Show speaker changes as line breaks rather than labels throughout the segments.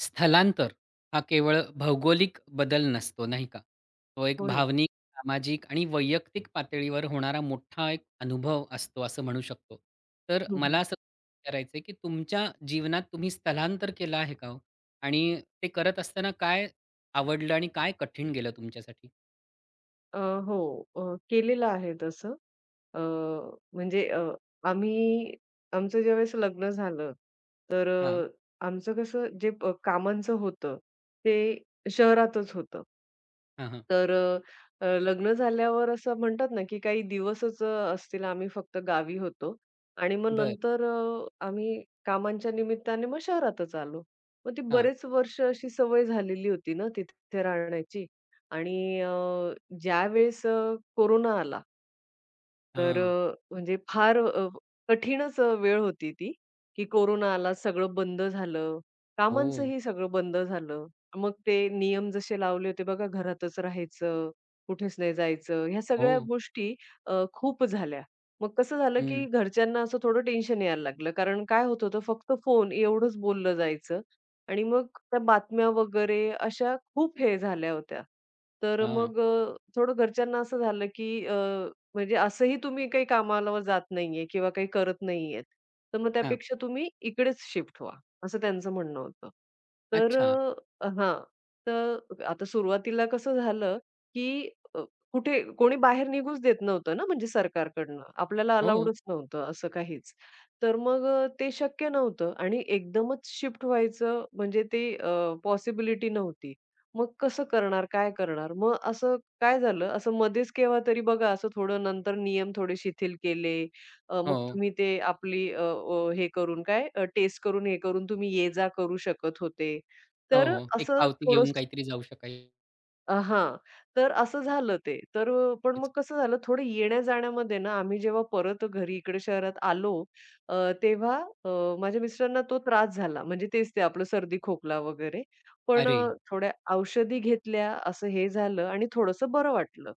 स्थलांतर हा केवळ भौगोलिक बदल नसतो, नाही का? तो एक
हो ना.
भावनिक, सामाजिक आणि वैयक्तिक पातळीवर होणारा मोठा एक अनुभव असतो, असं म्हणू शकतो. तर
हं,
मला
हं.
असं विचारायचंय, की तुमच्या जीवनात तुम्ही स्थलांतर केलं आहे का हो? आणि ते करत असताना काय आवडलं आणि काय कठीण गेलं तुमच्यासाठी?
अ, हो. अ, केलेलं आहे तसं. अ, म्हणजे आम्ही आमचं ज्यावेळेस लग्न झालं, तर
हां,
आमचं कसं जे प कामांचं होतं, ते शहरातच होतं.
हां, हां.
तर अ, अ, लग्न झाल्यावर असं म्हणतात ना, की काही दिवसच असतील आम्ही फक्त गावी होतो आणि मग
बरं.
नंतर आम्ही कामांच्या निमित्ताने मग शहरातच आलो. मग ती
हां,
बरेच वर्ष अशी सवय झालेली होती ना तिथे राहण्याची आणि ज्यावेळेस कोरोना आला तर
हां.
म्हणजे फार कठीणच वेळ होती ती, की कोरोना आला, सगळं बंद झालं.
हो,
कामांचंही सगळं बंद झालं. मग ते नियम जसे लावले होते बघा, घरातच राहायचं, कुठेच नाही जायचं, ह्या
हो.
सगळ्या गोष्टी खूप झाल्या. मग कसं झालं, की
हं.
घरच्यांना असं थोडं टेन्शन यायला लागलं. कारण काय होत होतं, फक्त फोन एवढंच बोललं जायचं आणि मग त्या बातम्या वगैरे अशा खूप हे झाल्या होत्या. तर
हां,
मग थोडं घरच्यांना असं झालं, की म्हणजे असंही तुम्ही काही कामाला जात नाहीये किंवा काही करत नाहीयेत. तर मग
हां.
त्यापेक्षा तुम्ही इकडेच शिफ्ट व्हा, असं त्यांचं म्हणणं होतं. तर
अच्छा.
हां. तर आता सुरुवातीला कसं झालं, की अ, कुठे कोणी बाहेर निघूच देत नव्हतं ना, म्हणजे सरकारकडनं. आपल्याला
हो,
अलाउडच नव्हतं असं काहीच. तर मग ते शक्य नव्हतं आणि एकदमच शिफ्ट व्हायचं म्हणजे ते पॉसिबिलिटी नव्हती. मग कसं करणार, काय करणार? मग असं काय झालं, असं मध्येच केव्हा तरी बघा असं थोडं नंतर नियम थोडे शिथिल केले. मग
हो.
तुम्ही ते आपली अ, अ, हे करून काय टेस्ट करून हे करून तुम्ही ये जा करू शकत होते.
हो,
तर
हो. एक
असं
पावती
थोडं
घेऊन काहीतरी जाऊ शकायचं.
हां. तर असं झालं ते. तर पण मग कसं झालं थोडं येण्या-जाण्यामध्ये ना आम्ही जेव्हा परत घरी इकडे शहरात आलो अ, तेव्हा अ, माझ्या मिस्टरांना तो त्रास झाला. म्हणजे तेच ते आपलं सर्दी, खोकला वगैरे. पण
अरे!
थोड्या औषधी घेतल्या असं हे झालं आणि थोडंसं बरं वाटलं.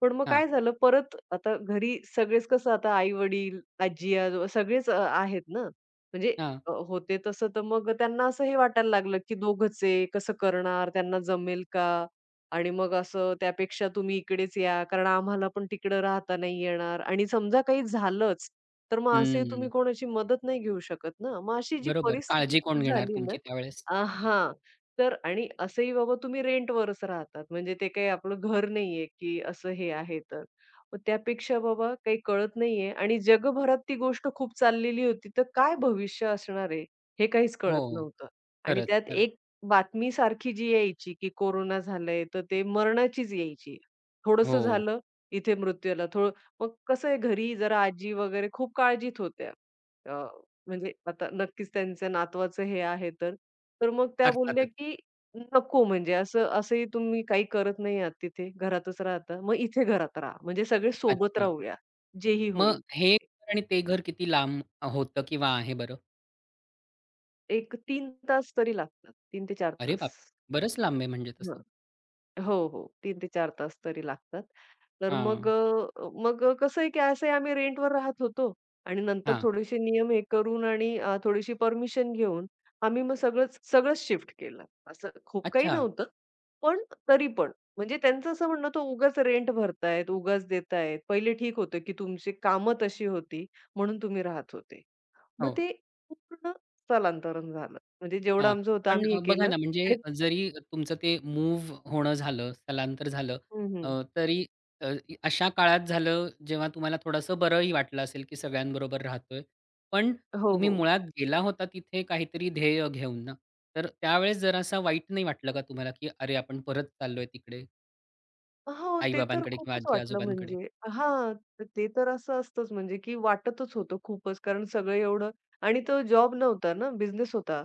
पण मग
हां,
काय झालं परत आता घरी सगळेच कसं आता आई-वडील, आजी-आजोबा सगळेच आहेत ना. म्हणजे
हां.
होते तसं तर मग त्यांना असं हे वाटायला लागलं, की दोघंच आहे, कसं करणार? त्यांना जमेल का? आणि मग असं त्यापेक्षा तुम्ही इकडेच या, कारण आम्हाला पण तिकडं राहता नाही येणार आणि समजा काही झालंच, तर मग असे
हं.
तुम्ही कोणाची मदत नाही घेऊ शकत ना. मग अशी जी
बरोबर.
परिस्थिती
काळजी कोण
खूप
घेणार
झाली ना
तुमची त्यावेळेस?
हां. तर आणि असंही बाबा तुम्ही रेंटवरच राहतात, म्हणजे ते काही आपलं घर नाहीये, की असं हे आहे तर. मग त्यापेक्षा बाबा काही कळत नाहीये आणि जगभरात ती गोष्ट खूप चाललेली होती, तर काय भविष्य असणार आहे, हे काहीच
हो,
कळत नव्हतं. आणि
खरंच,
त्यात
खरंच.
एक बातमीसारखी जी यायची, की कोरोना झालंय, तर ते मरणाचीच यायची. थोडंसं
हो,
झालं, इथे मृत्यू आला. थोडं मग कसं आहे घरी जरा आजी वगैरे खूप काळजीत होत्या. अ, म्हणजे आता नक्कीच त्यांचं नातवाचं हे आहे तर. तर मग त्या बोलल्या,
अर्थातच.
की "नको म्हणजे असं असंही तुम्ही काही करत नाही आहात तिथे, घरातच राहता. मग इथे घरात राहा. म्हणजे सगळे सोबत
अच्छा.
राहूया, जेही
मग
होईल."
हे घर आणि ते घर किती लांब होतं किंवा आहे बरं?
एक 3 तास तरी लागतात, 3 ते 4
अरे
तास.
बाप! बरंच लांब आहे म्हणजे तसं.
हो, हो. 3 ते 4 तास तरी लागतात. तर मग
हां,
कसं आहे, की असंही आम्ही रेंटवर राहत होतो आणि नंतर
हां.
थोडेसे नियम हे करून आणि थोडीशी परमिशन घेऊन आम्ही मग सगळंच सगळंच शिफ्ट केलं. असं खूप काही
अच्छा.
नव्हतं. पण तरी पण म्हणजे त्यांचं असं म्हणणं होतं, "उगाच रेंट भरतायत, उगाच देतायत. पहिले ठीक होतं, की तुमची कामं तशी होती म्हणून तुम्ही राहत होते." मग
हो.
ते पूर्ण स्थलांतरण झालं. म्हणजे जेवढं
हां.
आमचं होतं
पण
आम्ही हे
बघा
केलं
ना, म्हणजे
आणि
जरी तुमचं ते मूव्ह होणं झालं, स्थलांतर झालं,
हं,
अ,
हं.
तरी अ, इ- अशा काळात झालं, जेव्हा तुम्हाला थोडंसं बरंही वाटलं असेल, की सगळ्यांबरोबर राहतोय. पण
हो,
तुम्ही
हो.
मुळात गेला होता तिथे काहीतरी ध्येय घेऊन ना, तर त्यावेळेस जरासा वाईट नाही वाटलं का तुम्हाला, की "अरे, आपण परत चाललोय तिकडे,
हो,
आई
ते तर
किंवा
खूपच वाटलं
आजी-आजोबांकडे?"
म्हणजे हां, तर ते तर असं असतंच म्हणजे की वाटतच होतं खूपच कारण सगळं एवढं आणि तो जॉब नव्हता ना, बिझनेस होता.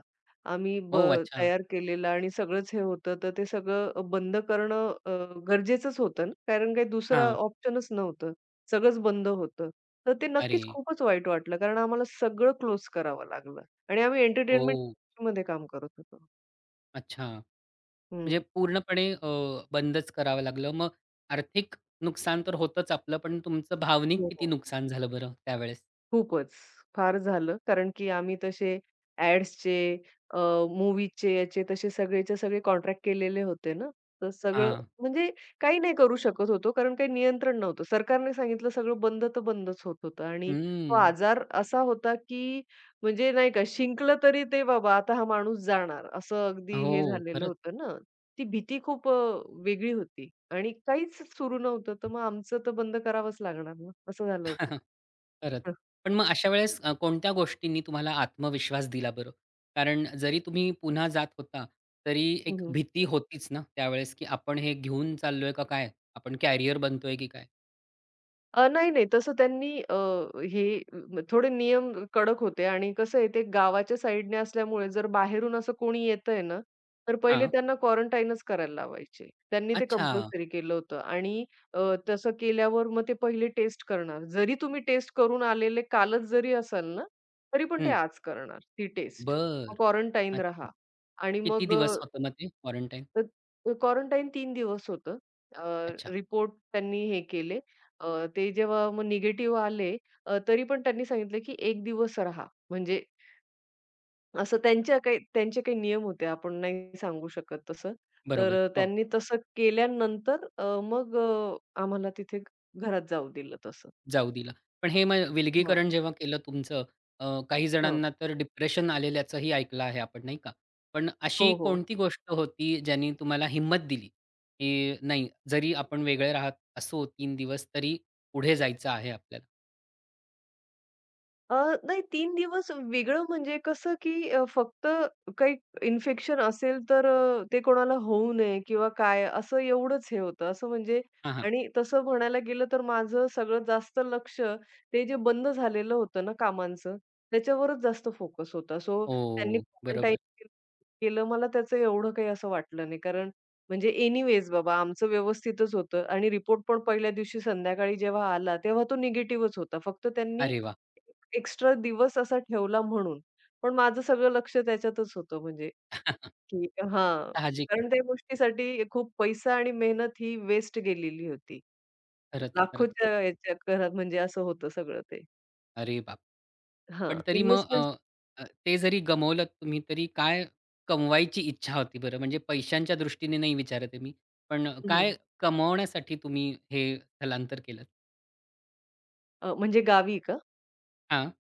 आम्ही ब
"ओह, अच्छा."
तयार केलेला आणि सगळंच हे होतं, तर ते सगळं बंद करणं गरजेचंच होतं ना, कारण काही दुसरा
हां.
ऑप्शनच नव्हतं. सगळंच बंद होतं. तर ते
अरे.
नक्कीच खूपच वाईट वाटलं कारण आम्हाला सगळं क्लोज करावं लागलं आणि आम्ही
ओह!
एंटरटेनमेंटमध्ये काम करत होतो.
अच्छा. म्हणजे
हं.
पूर्णपणे बंदच करावं लागलं. मग आर्थिक नुकसान तर होतंच आपलं, पण तुमचं भावनिक किती
हो.
नुकसान झालं बरं त्यावेळेस?
खूपच. फार झालं. कारण की आम्ही तसे ॲड्सचे अ, मूव्हीचे याचे तसे सगळेच्या सगळे कॉन्ट्रॅक्ट केलेले होते ना. तर सगळं
हां.
म्हणजे काही नाही करू शकत होतो कारण काही नियंत्रण नव्हतं. सरकारने सांगितलं सगळं बंद तर बंदच होत होतं आणि तो
हं.
आजार असा होता, की म्हणजे नाही का शिंकलं तरी ते बाबा आता हा माणूस जाणार असं अगदी हे
हो,
झालेलं
खरंच.
होतं ना. ती भीती खूप वेगळी होती आणि काहीच सुरू नव्हतं. तर मग आमचं तर बंद करावंच लागणार ना, असं झालं होतं.
खरंच. पण मग अशा वेळेस कोणत्या गोष्टींनी तुम्हाला आत्मविश्वास दिला बरं? कारण जरी तुम्ही पुन्हा जात होता, तरी
हं,
एक
हं.
भीती होतीच ना त्यावेळेस, की आपण हे घेऊन चाललोय का काय? आपण कॅरियर बनतोय की काय?
नाही, नाही. तसं त्यांनी हे म थोडे नियम कडक होते आणि कसं आहे ते गावाच्या साईडने असल्यामुळे जर बाहेरून असं कोणी येतंय ना, तर पहिले
हां.
त्यांना क्वारंटाईनच करायला लावायचे. त्यांनी ते
अच्छा.
कंपल्सरी केलं होतं आणि अ, तसं केल्यावर मग ते पहिले टेस्ट करणार. जरी तुम्ही टेस्ट करून आलेले कालच जरी असाल ना, तरी पण ते
हं.
आज करणार ती टेस्ट.
बरं.
क्वारंटाईन
अच्छा.
राहा आणि
किती
मग
दिवस होतं मग ते क्वारंटाईन?
अ, क्वारंटाईन 3 दिवस होतं.
अच्छा.
रिपोर्ट त्यांनी हे केले. अ, ते जेव्हा मग निगेटिव्ह आले तरी पण त्यांनी सांगितलं, की एक दिवस राहा. म्हणजे असं त्यांच्या काही त्यांचे काही नियम होते. आपण नाही सांगू शकत तसं. तर
बरोबर. हो,
त्यांनी तसं केल्यानंतर मग अ, आम्हाला तिथे घरात जाऊ दिलं तसं.
जाऊ दिला. पण हे मग
हां,
विलगीकरण जेव्हा केलं तुमचं काही
हां.
जणांना तर डिप्रेशन आलेल्याचंही ऐकलं आहे आपण, नाही का? पण अशी
हो, हो.
कोणती गोष्ट होती ज्यानी तुम्हाला हिंमत दिली, की नाही जरी आपण वेगळे राहत असो तीन दिवस तरी पुढे जायचं आहे आपल्याला?
अ, नाही 3 दिवस वेगळं म्हणजे कसं, की फक्त काही इन्फेक्शन असेल तर ते कोणाला होऊ नये किंवा काय असं एवढंच हे होतं. असं म्हणजे
हां, हां.
आणि तसं म्हणायला गेलं तर माझं सगळं जास्त लक्ष ते जे बंद झालेलं होतं ना कामांचं, त्याच्यावरच जास्त फोकस होता. सो त्यांनी
हो,
क्वारंटाईन
बरोबर.
केलं मला त्याचं एवढं काही असं वाटलं नाही. कारण म्हणजे एनिवेज बाबा आमचं व्यवस्थितच होतं आणि रिपोर्ट पण पहिल्या दिवशी संध्याकाळी जेव्हा आला, तेव्हा तो निगेटिव्हच होता. फक्त त्यांनी
अरे वाह!
एक्स्ट्रा दिवस असा ठेवला म्हणून. पण माझं सगळं लक्ष त्याच्यातच होतं म्हणजे की हां,
साहजिक आहे.
कारण त्या गोष्टीसाठी खूप पैसा आणि मेहनत ही वेस्ट गेलेली होती.
खरंच, खरंच.
लाखोच्या ह्याच्या घरात म्हणजे असं होतं सगळं ते.
अरे बाप!
हां,
पण हं. तरी मग अ,
इन्व्हेस्टमेंट
अ, ते जरी गमावलत तुम्ही तरी काय कमवायची इच्छा होती बरं? म्हणजे पैशांच्या दृष्टीने नाही विचारत आहे मी. पण
हं.
काय कमवण्यासाठी तुम्ही हे स्थलांतर केलंत?
म्हणजे गावी का?
हां,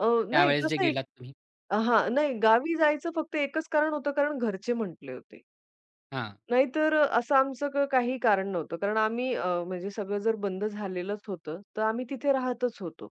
नाही
त्यावेळेस जे
कसं आहे
गेलात तुम्ही.
हां, नाही गावी जायचं फक्त एकच कारण होतं कारण घरचे म्हटले होते.
हां.
नाहीतर असं आमचं क काही कारण नव्हतं. कारण आम्ही म्हणजे सगळं जर बंद झालेलंच होतं, तर आम्ही तिथे राहतच होतो.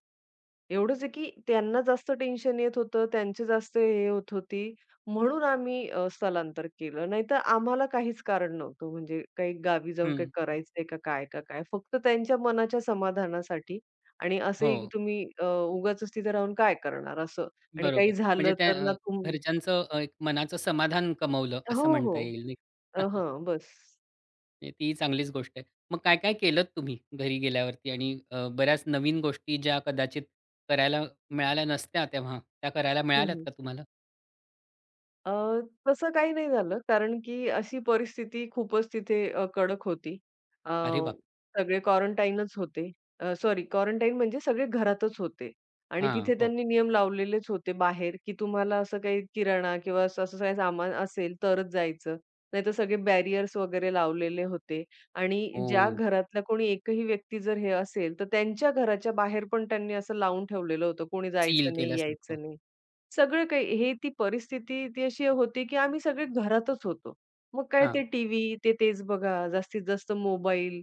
एवढंच आहे की त्यांना जास्त टेन्शन येत होतं, त्यांचे जास्त हे होत होती, म्हणून आम्ही स्थलांतर केलं. नाहीतर आम्हाला काहीच कारण नव्हतं. म्हणजे काही गावी जाऊन
हं.
काही करायचंय का काय, का काय? फक्त त्यांच्या मनाच्या समाधानासाठी आणि
हो,
असंही की तुम्ही उगाचच तिथे राहून काय करणार असं आणि
बरोबर.
काही
म्हणजे
झालं
त्या
तर ना तुम
घरच्यांचं एक मनाचं समाधान कमावलं
हो,
असं
हो.
म्हणता येईल नाही
हां, बस.
म्हणजे ती चांगलीच गोष्ट आहे. मग काय-काय केलत तुम्ही घरी गेल्यावरती आणि बऱ्याच नवीन गोष्टी ज्या कदाचित करायला मिळाल्या नसत्या तेव्हा, त्या करायला मिळाल्यात का तुम्हाला?
अ, तसं काही नाही झालं, कारण की अशी परिस्थिती खूपच तिथे कडक होती. अ,
अरे बाप!
सगळे क्वारंटाईनच होते. सॉरी क्वारंटाईन म्हणजे सगळे घरातच होते आणि
हां,
तिथे
हो.
त्यांनी नियम लावलेलेच होते बाहेर, की तुम्हाला असं काही किराणा किंवा असं असं काही सामान असेल तरच जायचं. नाहीतर सगळे बॅरियर्स वगैरे लावलेले होते आणि ज्या
हो,
घरातला कोणी एकही व्यक्ती जर हे असेल, तर त्यांच्या घराच्या बाहेर पण त्यांनी असं लावून ठेवलेलं होतं, कोणी
सील
जायचं नाही,
केल्यासारखं.
यायचं नाही. सगळं काही हे ती परिस्थिती ती अशी होती, की आम्ही सगळे घरातच होतो. मग काय ते
हां,
टीव्ही, ते तेच बघा, जास्तीत जास्त मोबाईल.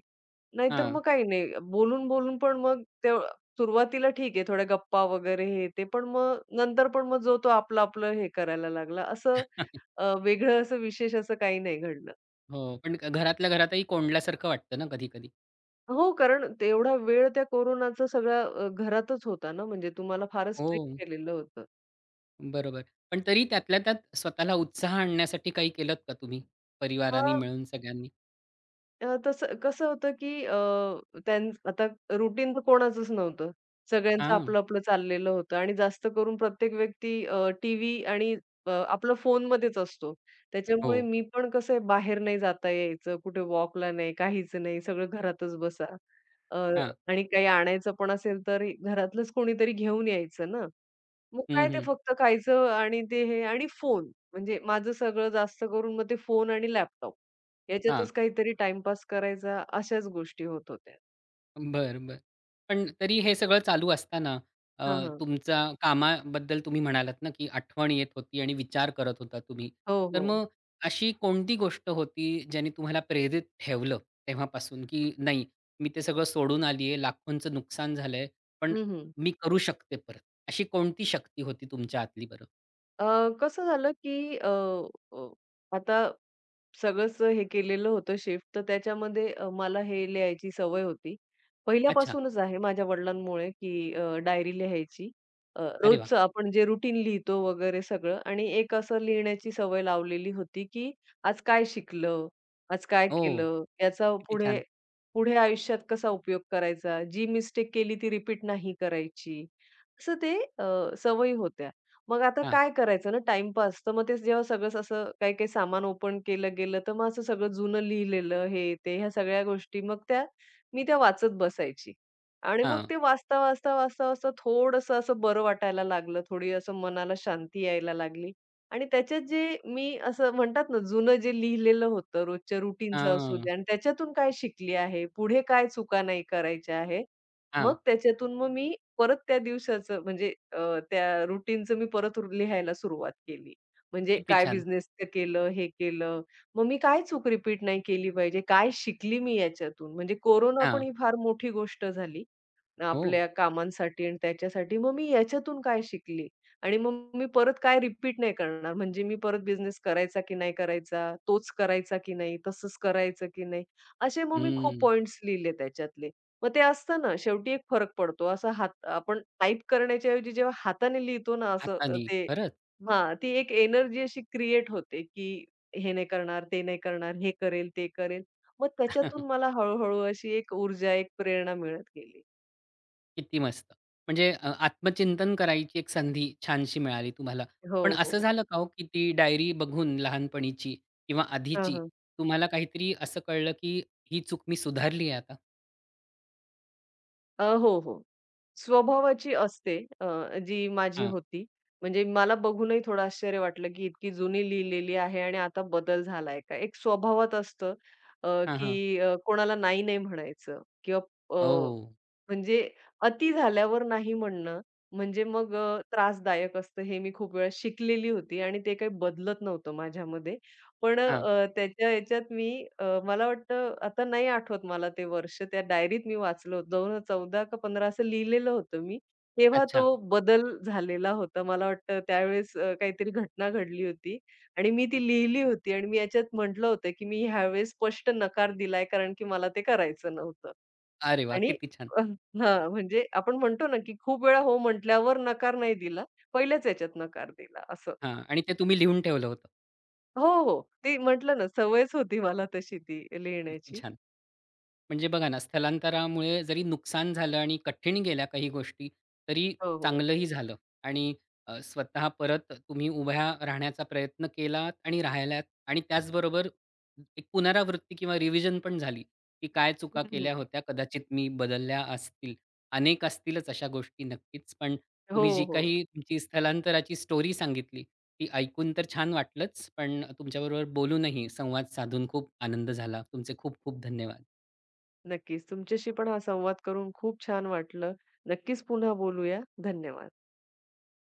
नाहीतर
हां.
मग काही नाही. बोलून-बोलून पण मग ते सुरुवातीला ठीक आहे थोड्या गप्पा वगैरे हे ते, पण मग नंतर पण मग जो तो आपलं-आपलं हे करायला लागला. असं वेगळं असं विशेष असं काही नाही घडलं.
हो, पण घरातल्या घरातही कोंडल्यासारखं वाटतं ना कधी-कधी.
हो, कारण तेवढा वेळ त्या कोरोनाचा सगळा घरातच होता ना, म्हणजे तुम्हाला फारच
हो,
स्ट्रिक्ट केलेलं होतं.
बरोबर. पण तरी त्यातल्या त्यात स्वतःला उत्साह आणण्यासाठी काही केलत का तुम्ही? परिवाराने मिळून सगळ्यांनी?
तसं कसं होतं, की त्यां आता रुटीन तर कोणाचंच नव्हतं. सगळ्यांचं
हां,
आपलं-आपलं चाललेलं होतं आणि जास्त करून प्रत्येक व्यक्ती टीव्ही आणि आपलं फोनमध्येच असतो.
हो.
त्याच्यामुळे मी पण कसं आहे, बाहेर नाही जाता यायचं, कुठे वॉकला नाही, काहीच नाही, सगळं घरातच बसा. अ,
हां.
आणि काही आणायचं पण असेल तर घरातलंच कोणीतरी घेऊन यायचं ना. मग
हं,
काय ते
हं.
फक्त खायचं आणि ते हे आणि फोन. म्हणजे माझं सगळं जास्त करून मग ते फोन आणि लॅपटॉप
हां.
याच्यातच काहीतरी टाईमपास करायचा अशाच गोष्टी होत होत्या.
बरं, बरं. पण तरी हे सगळं चालू असताना अ,
हां, हां.
तुमच्या कामाबद्दल तुम्ही म्हणालात ना, की आठवण येत होती आणि विचार करत होता तुम्ही.
हो,
तर
हो.
मग अशी कोणती गोष्ट होती ज्याने तुम्हाला प्रेरित ठेवलं तेव्हापासून, की नाही मी ते सगळं सोडून आली आहे, लाखोंचं नुकसान झालंय, पण
हं, हं.
मी करू शकते परत. अशी कोणती शक्ती होती तुमच्या आतली बरं?
अ, कसं झालं की अ, अ, आता सगळंच हे केलेलं होतं शिफ्ट, तर त्याच्यामध्ये मला हे लिहायची सवय होती.
अच्छा.
पहिल्यापासूनच आहे माझ्या वडिलांमुळे, की डायरी लिहायची.
अरे वाह!
रोजचं आपण जे रुटीन लिहितो वगैरे सगळं आणि एक असं लिहिण्याची सवय लावलेली होती, की आज काय शिकलं, आज काय
हो,
केलं, याचा
किती
पुढे
छान.
पुढे आयुष्यात कसा उपयोग करायचा, जी मिस्टेक केली ती रिपीट नाही करायची. असं ते सवयी होत्या. मग आता
हां,
काय करायचं ना टाईमपास. तर मग ते जेव्हा सगळंच असं काही-काही सामान ओपन केलं गेलं, तर मग असं सगळं जुनं लिहिलेलं हे, ते ह्या सगळ्या गोष्टी मग त्या मी त्या वाचत बसायची. आणि मग
हां,
ते वाचता, वाचता, वाचता, वाचता थोडंसं असं बरं वाटायला लागलं. थोडी असं मनाला शांती यायला लागली. आणि त्याच्यात जे मी असं म्हणतात ना, जुनं जे लिहिलेलं होतं रोजच्या रुटीनचं असू
हां,
द्या आणि त्याच्यातून काय शिकली आहे, पुढे काय चुका नाही करायच्या आहे.
हां.
मग त्याच्यातून मग मी परत त्या दिवसाचं म्हणजे त्या रुटीनचं मी परत लिहायला सुरुवात केली. म्हणजे
किती
काय
छान.
बिझनेसचं केलं, हे केलं. मग मी काय चूक रिपीट नाही केली पाहिजे, काय शिकली मी याच्यातून. म्हणजे कोरोना पण
हां.
ही फार मोठी गोष्ट झाली.
हो.
आपल्या कामांसाठी आणि त्याच्यासाठी. मग मी याच्यातून काय शिकली आणि मग मी परत काय रिपीट नाही करणार. म्हणजे मी परत बिझनेस करायचा की नाही करायचा, तोच करायचा की नाही, तसंच करायचं की नाही. असे मग मी खूप
हं.
पॉइंट्स लिहिले त्याच्यातले. मग ते असतं ना, शेवटी एक फरक पडतो. असं हात आपण टाइप करण्याच्या ऐवजी जेव्हा हाताने लिहितो ना असं
हाताने.
ते
खरंच.
हां, ती एक एनर्जी अशी क्रिएट होते की हे नाही करणार, ते नाही करणार, हे करेल, ते करेल. मग त्याच्यातून मला हळू अशी एक ऊर्जा, एक प्रेरणा मिळत गेली.
किती मस्त! म्हणजे आत्मचिंतन करायची एक संधी छानशी मिळाली तुम्हाला.
हो,
पण असं
हो.
झालं का हो, की ती डायरी बघून लहानपणीची किंवा
हां,
आधीची
हां.
तुम्हाला काहीतरी असं कळलं, की ही चूक मी सुधारली आहे आता?
हो, हो. स्वभावाची असते जी माझी
हां.
होती. म्हणजे मला बघूनही थोडं आश्चर्य वाटलं, की इतकी जुनी लिहिलेली आहे आणि आता बदल झालाय का? एक स्वभावात असतं अ,
हां, हां.
की कोणाला नाही, नाही म्हणायचं किंवा अ
ओह!
म्हणजे अति झाल्यावर नाही म्हणणं, म्हणजे मग त्रासदायक असतं हे मी खूप वेळा शिकलेली होती आणि ते काही बदलत नव्हतं माझ्यामध्ये. पण
हां.
त्याच्या ह्याच्यात मी मला वाटतं आता नाही आठवत मला ते वर्ष त्या डायरीत मी वाचलं होतं 2014 का 15 असं लिहिलेलं होतं मी. तेव्हा तो
अच्छा.
बदल झालेला होता. मला वाटतं त्यावेळेस काहीतरी घटना घडली होती आणि मी ती लिहिली होती आणि मी याच्यात म्हटलं होतं, की मी ह्यावेळेस स्पष्ट नकार दिलाय कारण की मला ते करायचं नव्हतं.
अरे वाह!
आणि
किती छान.
हां, म्हणजे आपण म्हणतो ना, की खूप वेळा हो म्हटल्यावर नकार नाही दिला. पहिल्याच याच्यात नकार दिला असं.
हां. आणि ते तुम्ही लिहून ठेवलं होतं.
हो, हो. ती म्हटलं ना सवयच होती मला तशी ती
किती
लिहिण्याची.
छान. म्हणजे बघा ना, स्थलांतरामुळे जरी नुकसान झालं आणि कठीण गेल्या काही गोष्टी, तरी
हो, हो.
चांगलंही झालं आणि स्वतः परत तुम्ही उभ्या राहण्याचा प्रयत्न केलात आणि राहिल्यात आणि त्याचबरोबर एक पुनरावृत्ती किंवा रिव्हिजन पण झाली, की काय चुका
हं,
केल्या होत्या, कदाचित मी बदलल्या असतील. अनेक असतीलच अशा गोष्टी नक्कीच, पण तुम्ही
हो,
जी
हो.
काही तुमची स्थलांतराची स्टोरी सांगितली, ती ऐकून तर छान वाटलंच, पण तुमच्याबरोबर बोलूनही संवाद साधून खूप आनंद झाला. तुमचे खूप खूप धन्यवाद.
नक्कीच. तुमच्याशी पण हा संवाद करून खूप छान वाटलं. नक्कीच पुन्हा बोलूया. धन्यवाद.